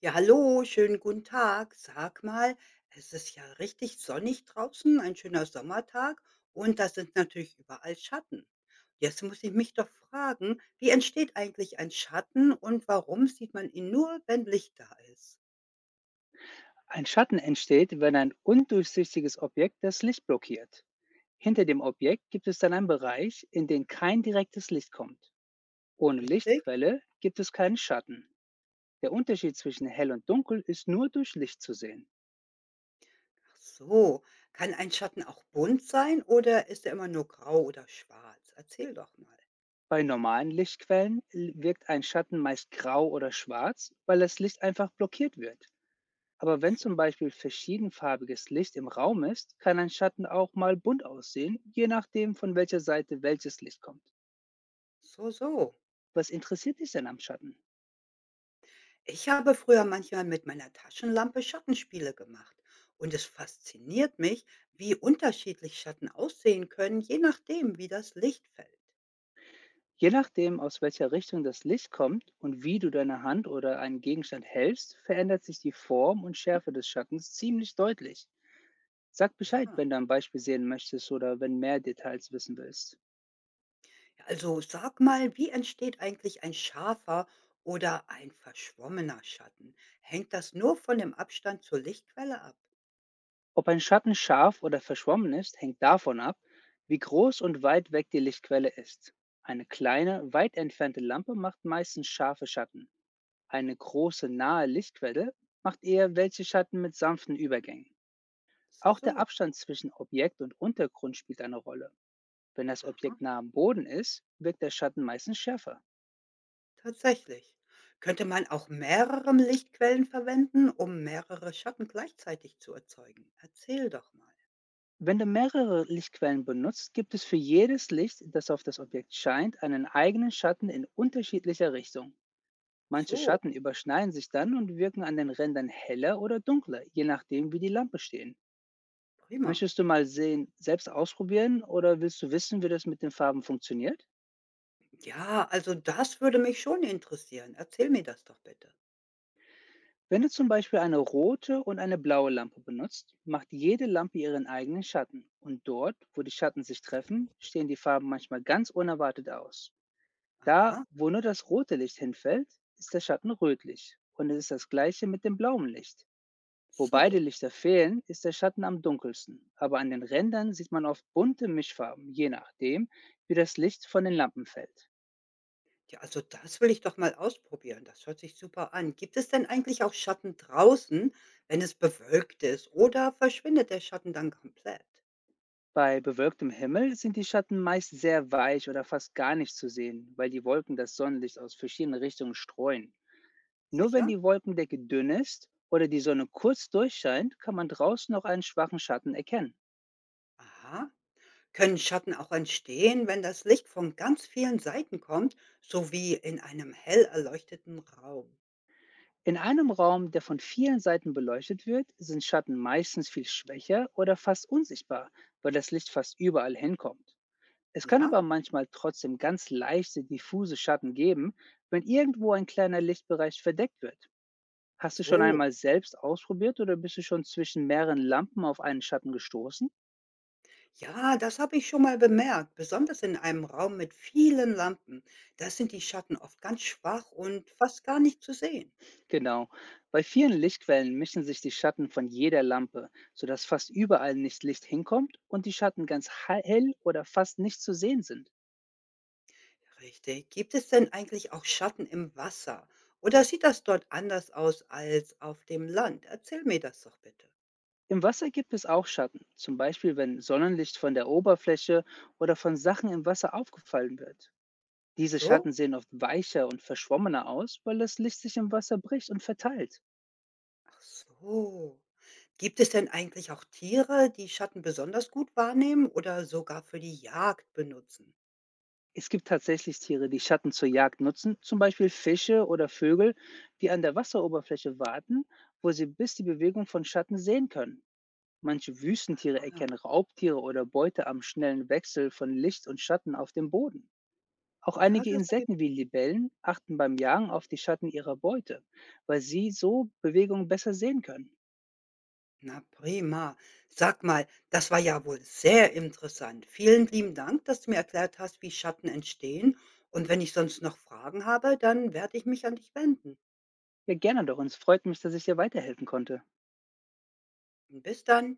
Ja, hallo, schönen guten Tag. Sag mal, es ist ja richtig sonnig draußen, ein schöner Sommertag und da sind natürlich überall Schatten. Jetzt muss ich mich doch fragen, wie entsteht eigentlich ein Schatten und warum sieht man ihn nur, wenn Licht da ist? Ein Schatten entsteht, wenn ein undurchsichtiges Objekt das Licht blockiert. Hinter dem Objekt gibt es dann einen Bereich, in den kein direktes Licht kommt. Ohne Richtig? Lichtquelle gibt es keinen Schatten. Der Unterschied zwischen hell und dunkel ist nur durch Licht zu sehen. Ach so, kann ein Schatten auch bunt sein oder ist er immer nur grau oder schwarz? Erzähl doch mal. Bei normalen Lichtquellen wirkt ein Schatten meist grau oder schwarz, weil das Licht einfach blockiert wird. Aber Ach wenn so, zum Beispiel verschiedenfarbiges Licht im Raum ist, kann ein Schatten auch mal bunt aussehen, je nachdem von welcher Seite welches Licht kommt. so, so. Was interessiert dich denn am Schatten? Ich habe früher manchmal mit meiner Taschenlampe Schattenspiele gemacht und es fasziniert mich, wie unterschiedlich Schatten aussehen können, je nachdem, wie das Licht fällt. Je nachdem, aus welcher Richtung das Licht kommt und wie du deine Hand oder einen Gegenstand hältst, verändert sich die Form und Schärfe des Schattens ziemlich deutlich. Sag Ja, Bescheid, wenn du ein Beispiel sehen möchtest oder wenn mehr Details wissen willst. also sag mal, wie entsteht eigentlich ein scharfer oder ein verschwommener Schatten? Hängt das nur von dem Abstand zur Lichtquelle ab? Ob ein Schatten scharf oder verschwommen ist, hängt davon ab, wie groß und weit weg die Lichtquelle ist. Eine kleine, weit entfernte Lampe macht meistens scharfe Schatten. Eine große, nahe Lichtquelle macht eher welche Schatten mit sanften Übergängen. So, Auch der so. Abstand zwischen Objekt und Untergrund spielt eine Rolle. Wenn das Aha, Objekt nah am Boden ist, wirkt der Schatten meistens schärfer. tatsächlich. Könnte man auch mehrere Lichtquellen verwenden, um mehrere Schatten gleichzeitig zu erzeugen? Erzähl doch mal. Wenn du mehrere Lichtquellen benutzt, gibt es für jedes Licht, das auf das Objekt scheint, einen eigenen Schatten in unterschiedlicher Richtung. Manche So. Schatten überschneiden sich dann und wirken an den Rändern heller oder dunkler, je nachdem, wie die Lampe stehen. Prima. Möchtest du mal sehen, selbst ausprobieren oder willst du wissen, wie das mit den Farben funktioniert? Ja, also das würde mich schon interessieren. Erzähl mir das doch bitte. Wenn du zum Beispiel eine rote und eine blaue Lampe benutzt, macht jede Lampe ihren eigenen Schatten. Und dort, wo die Schatten sich treffen, stehen die Farben manchmal ganz unerwartet aus. Da, Aha, wo nur das rote Licht hinfällt, ist der Schatten rötlich. Und es ist das gleiche mit dem blauen Licht. Wo so. beide Lichter fehlen, ist der Schatten am dunkelsten. Aber an den Rändern sieht man oft bunte Mischfarben, je nachdem, wie das Licht von den Lampen fällt. Ja, also das will ich doch mal ausprobieren. Das hört sich super an. Gibt es denn eigentlich auch Schatten draußen, wenn es bewölkt ist, oder verschwindet der Schatten dann komplett? Bei bewölktem Himmel sind die Schatten meist sehr weich oder fast gar nicht zu sehen, weil die Wolken das Sonnenlicht aus verschiedenen Richtungen streuen. Nur wenn Sicher? die Wolkendecke dünn ist oder die Sonne kurz durchscheint, kann man draußen noch einen schwachen Schatten erkennen. Aha. Können Schatten auch entstehen, wenn das Licht von ganz vielen Seiten kommt, so wie in einem hell erleuchteten Raum? In einem Raum, der von vielen Seiten beleuchtet wird, sind Schatten meistens viel schwächer oder fast unsichtbar, weil das Licht fast überall hinkommt. Es kann Ja? aber manchmal trotzdem ganz leichte, diffuse Schatten geben, wenn irgendwo ein kleiner Lichtbereich verdeckt wird. Hast du schon So. einmal selbst ausprobiert oder bist du schon zwischen mehreren Lampen auf einen Schatten gestoßen? Ja, das habe ich schon mal bemerkt, besonders in einem Raum mit vielen Lampen. Da sind die Schatten oft ganz schwach und fast gar nicht zu sehen. Genau. Bei vielen Lichtquellen mischen sich die Schatten von jeder Lampe, sodass fast überall nicht Licht hinkommt und die Schatten ganz hell oder fast nicht zu sehen sind. Richtig. Gibt es denn eigentlich auch Schatten im Wasser? Oder sieht das dort anders aus als auf dem Land? Erzähl mir das doch bitte. Im Wasser gibt es auch Schatten, zum Beispiel wenn Sonnenlicht von der Oberfläche oder von Sachen im Wasser aufgefallen wird. Diese So? Schatten sehen oft weicher und verschwommener aus, weil das Licht sich im Wasser bricht und verteilt. Ach so. Gibt es denn eigentlich auch Tiere, die Schatten besonders gut wahrnehmen oder sogar für die Jagd benutzen? Es gibt tatsächlich Tiere, die Schatten zur Jagd nutzen, zum Beispiel Fische oder Vögel, die an der Wasseroberfläche warten, wo sie bis die Bewegung von Schatten sehen können. Manche Wüstentiere Ah, erkennen Raubtiere oder Beute am schnellen Wechsel von Licht und Schatten auf dem Boden. Auch ja, einige das ergibt. Insekten wie Libellen achten beim Jagen auf die Schatten ihrer Beute, weil sie so Bewegungen besser sehen können. Na prima. Sag mal, das war ja wohl sehr interessant. Vielen lieben Dank, dass du mir erklärt hast, wie Schatten entstehen. Und wenn ich sonst noch Fragen habe, dann werde ich mich an dich wenden. Ja, gerne doch. Und es freut mich, dass ich dir weiterhelfen konnte. Bis dann.